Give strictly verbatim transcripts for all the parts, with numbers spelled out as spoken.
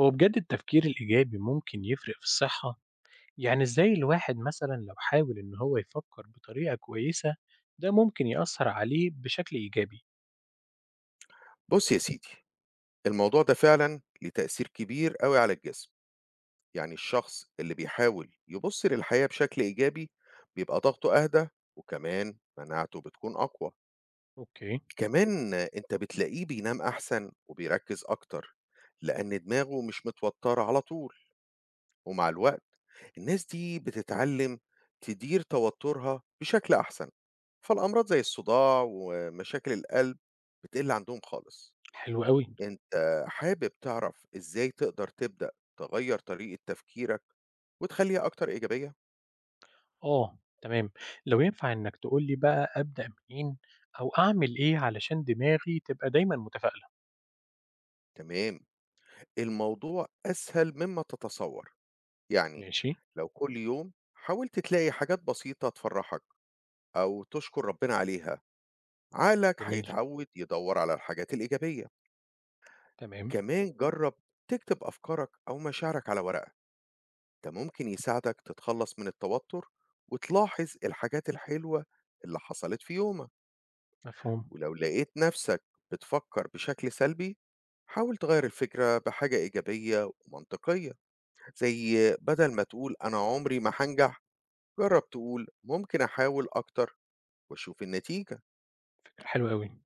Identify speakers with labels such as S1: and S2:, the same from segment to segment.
S1: هو بجد التفكير الإيجابي ممكن يفرق في الصحة. يعني إزاي الواحد مثلا لو حاول إن هو يفكر بطريقة كويسة ده ممكن يأثر عليه بشكل إيجابي.
S2: بُص يا سيدي، الموضوع ده فعلًا ليه تأثير كبير أوي على الجسم، يعني الشخص اللي بيحاول يبُص للحياة بشكل إيجابي بيبقى ضغطه أهدى وكمان مناعته بتكون أقوى،
S1: اوكي.
S2: كمان أنت بتلاقيه بينام أحسن وبيركّز أكتر، لأن دماغه مش متوترة على طول، ومع الوقت الناس دي بتتعلم تدير توترها بشكل أحسن، فالأمراض زي الصداع ومشاكل القلب بتقل عندهم خالص.
S1: حلو قوي.
S2: أنت حابب تعرف إزاي تقدر تبدأ تغيّر طريقة تفكيرك وتخلّيها أكتر إيجابية؟
S1: آه تمام، لو ينفع إنك تقولي بقى أبدأ منين أو أعمل إيه علشان دماغي تبقى دايما متفائلة.
S2: تمام، الموضوع أسهل مما تتصوّر، يعني
S1: ماشي.
S2: لو كل يوم حاولت تلاقي حاجات بسيطة تفرّحك أو تشكر ربنا عليها، عقلك
S1: جميل.
S2: هيتعوّد يدوّر على الحاجات الإيجابية.
S1: تمام.
S2: كمان جرّب تكتب أفكارك أو مشاعرك على ورقة، ده ممكن يساعدك تتخلّص من التوتر وتلاحظ الحاجات الحلوة اللي حصلت في يومك.
S1: مفهوم.
S2: ولو لقيت نفسك بتفكر بشكل سلبي حاول تغير الفكرة بحاجة إيجابية ومنطقية زي بدل ما تقول أنا عمري ما هنجح جرب تقول ممكن أحاول أكتر وأشوف النتيجة.
S1: فكرة حلوة قوي.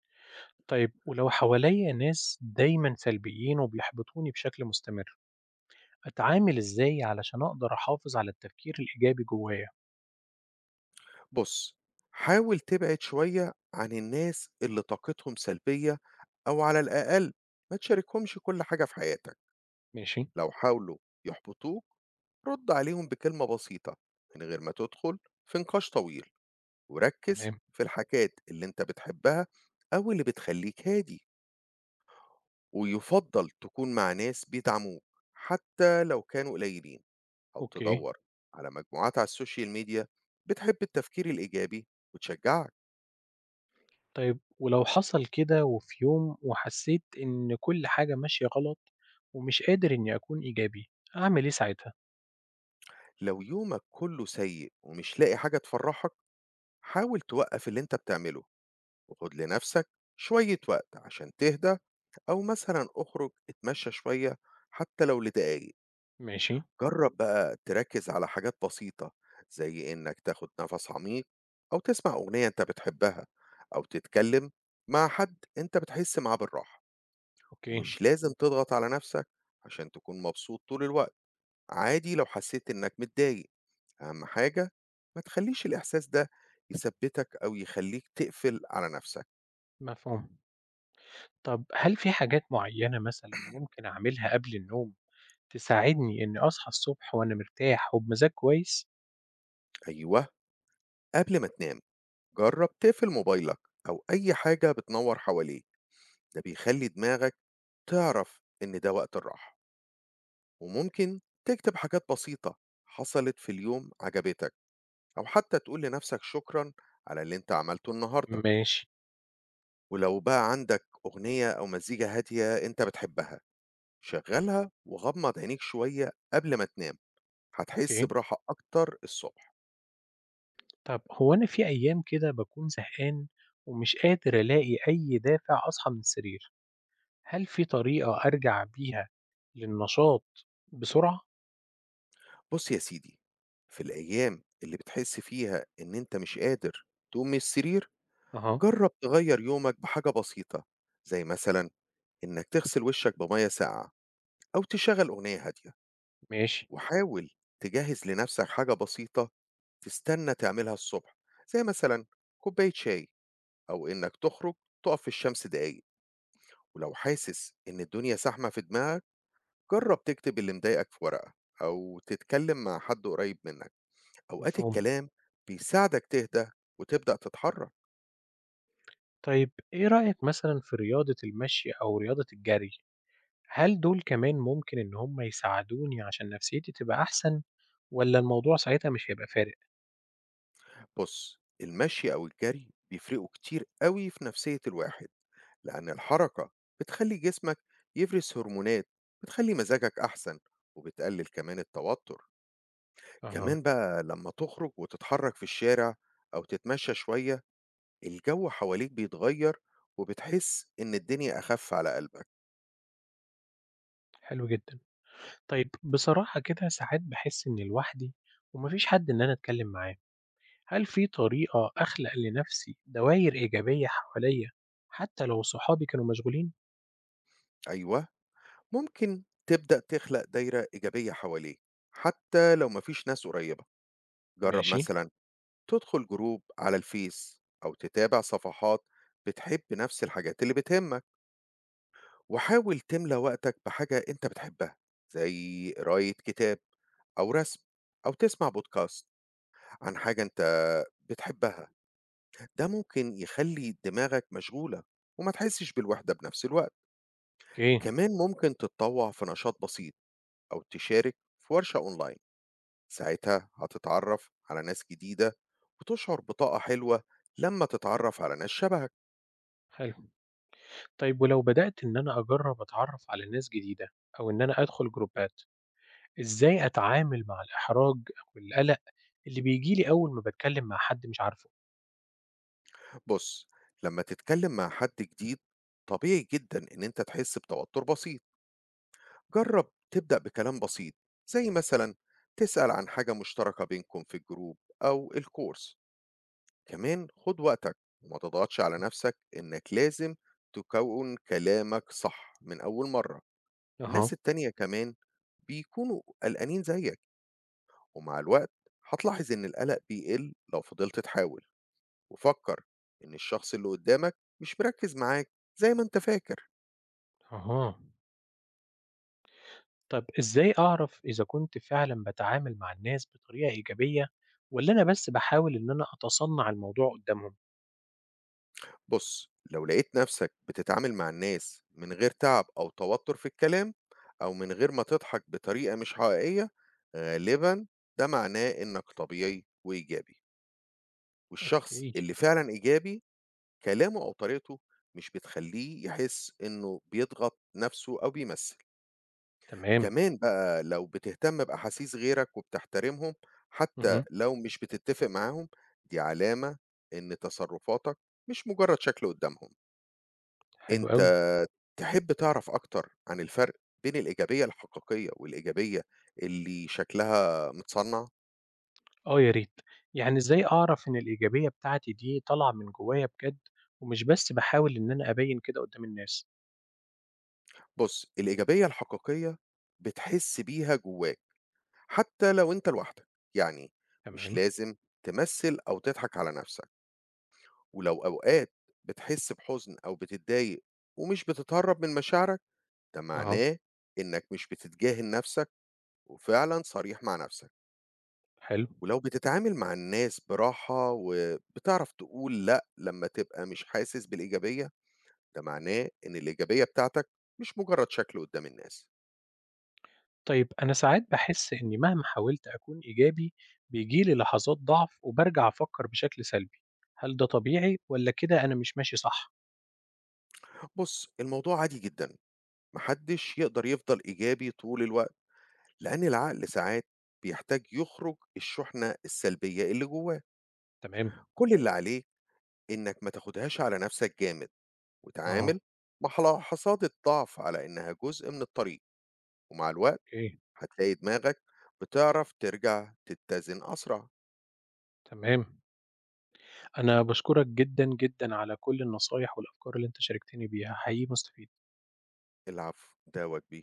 S1: طيب ولو حواليا ناس دايما سلبيين وبيحبطوني بشكل مستمر، أتعامل إزاي علشان أقدر أحافظ على التفكير الإيجابي جوايا؟
S2: بص حاول تبعد شوية عن الناس اللي طاقتهم سلبية أو على الأقل ما تشاركهمش كل حاجة في حياتك.
S1: ماشي.
S2: لو حاولوا يحبطوك رد عليهم بكلمة بسيطة من غير ما تدخل في نقاش طويل وركز
S1: تمام.
S2: في الحاجات اللي أنت بتحبها أو اللي بتخلّيك هادي، ويُفضّل تكون مع ناس بيدعموك حتى لو كانوا قليلين، أو
S1: أوكي.
S2: تدوّر على مجموعات على السوشيال ميديا بتحب التفكير الإيجابي وتشجّعك.
S1: طيب ولو حصل كده وفي يوم وحسيت إن كل حاجة ماشية غلط ومش قادر إني أكون إيجابي، أعمل إيه ساعتها؟
S2: لو يومك كلّه سيء ومش لاقي حاجة تفرّحك، حاول توقّف اللي أنت بتعمله وخُد لنَفْسك شوية وقت عشان تهدى أو مثلًا اخرج اتمشّى شوية حتى لو لدقايق.
S1: ماشي.
S2: جرب بقى تركز على حاجات بسيطة زي إنك تاخد نفس عميق أو تسمع أغنية أنت بتحبها أو تتكلم مع حد أنت بتحس معاه بالراحة.
S1: اوكي.
S2: ومش لازم تضغط على نفسك عشان تكون مبسوط طول الوقت، عادي لو حسيت إنك متضايق، أهم حاجة ما تخليش الإحساس ده يثبتك أو يخليك تقفل على نفسك.
S1: مفهوم. طب هل في حاجات معينة مثلا ممكن أعملها قبل النوم تساعدني إني أصحى الصبح وأنا مرتاح وبمزاج كويس؟
S2: أيوه، قبل ما تنام جرب تقفل موبايلك أو أي حاجة بتنور حواليك، ده بيخلي دماغك تعرف إن ده وقت الراحة، وممكن تكتب حاجات بسيطة حصلت في اليوم عجبتك، أو حتى تقول لنفسك شكرا على اللي أنت عملته النهاردة.
S1: ماشي.
S2: ولو بقى عندك أغنية أو مزيكا هادية أنت بتحبها شغلها وغمض عينيك شوية قبل ما تنام، هتحس
S1: أوكي.
S2: براحة أكتر الصبح.
S1: طب هو أنا في أيام كده باكون زهقان ومش قادر ألاقي أي دافع أصحى من السرير، هل في طريقة أرجع بيها للنشاط بسرعة؟
S2: بص يا سيدي، في الأيام اللي بتحس فيها إن أنت مش قادر تقوم من السرير
S1: أها.
S2: جرب تغير يومك بحاجة بسيطة، زي مثلا إنك تغسل وشك بمية ساقعة أو تشغل أغنية هادية.
S1: ماشي.
S2: وحاول تجهز لنفسك حاجة بسيطة تستنى تعملها الصبح، زي مثلا كوباية شاي أو إنك تخرج تقف في الشمس دقايق. ولو حاسس إن الدنيا زحمة في دماغك جرب تكتب اللي مضايقك في ورقة أو تتكلم مع حد قريب منك، أوقات
S1: مفهوم.
S2: الكلام بيساعدك تهدى وتبدأ تتحرك.
S1: طيب إيه رأيك مثلا في رياضة المشي أو رياضة الجري؟ هل دول كمان ممكن إن هم يساعدوني عشان نفسيتي تبقى أحسن ولا الموضوع ساعتها مش هيبقى فارق؟
S2: بص المشي أو الجري بيفرقوا كتير قوي في نفسية الواحد، لأن الحركة بتخلي جسمك يفرز هرمونات بتخلي مزاجك أحسن وبتقلل كمان التوتر.
S1: أها.
S2: كمان بقى لما تخرج وتتحرك في الشارع أو تتمشى شوية الجو حواليك بيتغير وبتحس إن الدنيا أخف على قلبك.
S1: حلو جدا. طيب بصراحة كده ساعات بحس إني لوحدي ومفيش حد إن أنا أتكلم معاه. هل في طريقة أخلق لنفسي دوائر إيجابية حواليا حتى لو صحابي كانوا مشغولين؟
S2: أيوة، ممكن تبدأ تخلق دايرة إيجابية حواليك حتى لو مفيش ناس قريبة، جرب
S1: ماشي.
S2: مثلا تدخل جروب على الفيس أو تتابع صفحات بتحب نفس الحاجات اللي بتهمك، وحاول تملى وقتك بحاجة أنت بتحبها زي قراية كتاب أو رسم أو تسمع بودكاست عن حاجة أنت بتحبها، ده ممكن يخلي دماغك مشغولة وما تحسش بالوحدة بنفس الوقت.
S1: أوكي.
S2: كمان ممكن تتطوع في نشاط بسيط أو تشارك في ورشة أونلاين، ساعتها هتتعرف على ناس جديدة وتشعر بطاقة حلوة لما تتعرف على ناس شبهك.
S1: حلو. طيب ولو بدأت إن أنا أجرب أتعرف على ناس جديدة أو إن أنا أدخل جروبات، إزاي أتعامل مع الإحراج أو القلق اللي بيجيلي أول ما بتكلم مع حد مش عارفه؟
S2: بص، لما تتكلم مع حد جديد طبيعي جدا إن أنت تحس بتوتر بسيط، جرب تبدأ بكلام بسيط زي مثلا تسأل عن حاجة مشتركة بينكم في الجروب أو الكورس. كمان خد وقتك وما تضغطش على نفسك إنك لازم تكون كلامك صح من أول مرة، الناس
S1: أها.
S2: التانية كمان بيكونوا قلقانين زيك، ومع الوقت هتلاحظ إن القلق بيقل لو فضلت تحاول، وفكر إن الشخص اللي قدامك مش مركز معاك زي ما أنت فاكر.
S1: أها. طب إزاي أعرف إذا كنت فعلا بتعامل مع الناس بطريقة إيجابية ولا أنا بس بحاول إن أنا أتصنع الموضوع قدامهم؟
S2: بُص، لو لقيت نفسك بتتعامل مع الناس من غير تعب أو توتر في الكلام، أو من غير ما تضحك بطريقة مش حقيقية، غالبًا ده معناه إنك طبيعي وإيجابي، والشخص
S1: أوكي.
S2: اللي فعلًا إيجابي كلامه أو طريقته مش بتخلّيه يحس إنه بيضغط نفسه أو بيمثل،
S1: تمام.
S2: كمان بقى لو بتهتم بأحاسيس غيرك وبتحترمهم حتى
S1: مهم.
S2: لو مش بتتفق معاهم، دي علامة إن تصرفاتك مش مجرد شكل قدامهم.
S1: حلو
S2: أنت
S1: أوي.
S2: تحب تعرف أكتر عن الفرق بين الإيجابية الحقيقية والإيجابية اللي شكلها متصنع؟
S1: آه يا ريت، يعني إزاي أعرف إن الإيجابية بتاعتي دي طالعة من جوايا بجد، ومش بس باحاول إن أنا أبيّن كده قدّام الناس؟
S2: بُص، الإيجابية الحقيقية بتحس بيها جواك حتى لو أنت لوحدك، يعني مش
S1: تمام.
S2: لازم تمثّل أو تضحك على نَفْسك، ولو أوقات بتحس بحزن أو بتتضايق ومش بتتهرّب من مشاعرك، ده
S1: أها.
S2: معناه إنّك مش بتتجاهل نَفْسك وفعلًا صريح مع نَفْسك.
S1: حلو.
S2: ولو بتتعامل مع الناس براحة وبتعرف تقول لأ لما تبقى مش حاسس بالإيجابية، ده معناه إن الإيجابية بتاعتك مش مجرد شكل قدام الناس.
S1: طيب أنا ساعات باحس إني مهما حاولت أكون إيجابي، بييجي لي لحظات ضعف وبارجع أفكّر بشكل سلبي، هل ده طبيعي والّا كده أنا مش ماشي صح؟
S2: بُص، الموضوع عادي جدًا، ما حدش يقدر يفضل إيجابي طول الوقت، لأن العقل ساعات بيحتاج يخرج الشحنة السلبية اللي جواه.
S1: تمام.
S2: كل اللي عليك إنك ما تاخدهاش على نفسك جامد،
S1: أها.
S2: وتعامل مع حصاد الضعف على إنها جزء من الطريق، ومع الوقت
S1: أوكي.
S2: هتلاقي دماغك بتعرف ترجع تتزن أسرع.
S1: تمام. أنا باشكرك جدًا، جدًا على كل النصايح والأفكار اللي أنت شاركتني بيها، حقيقي مستفيد.
S2: العفو، ده واجبي.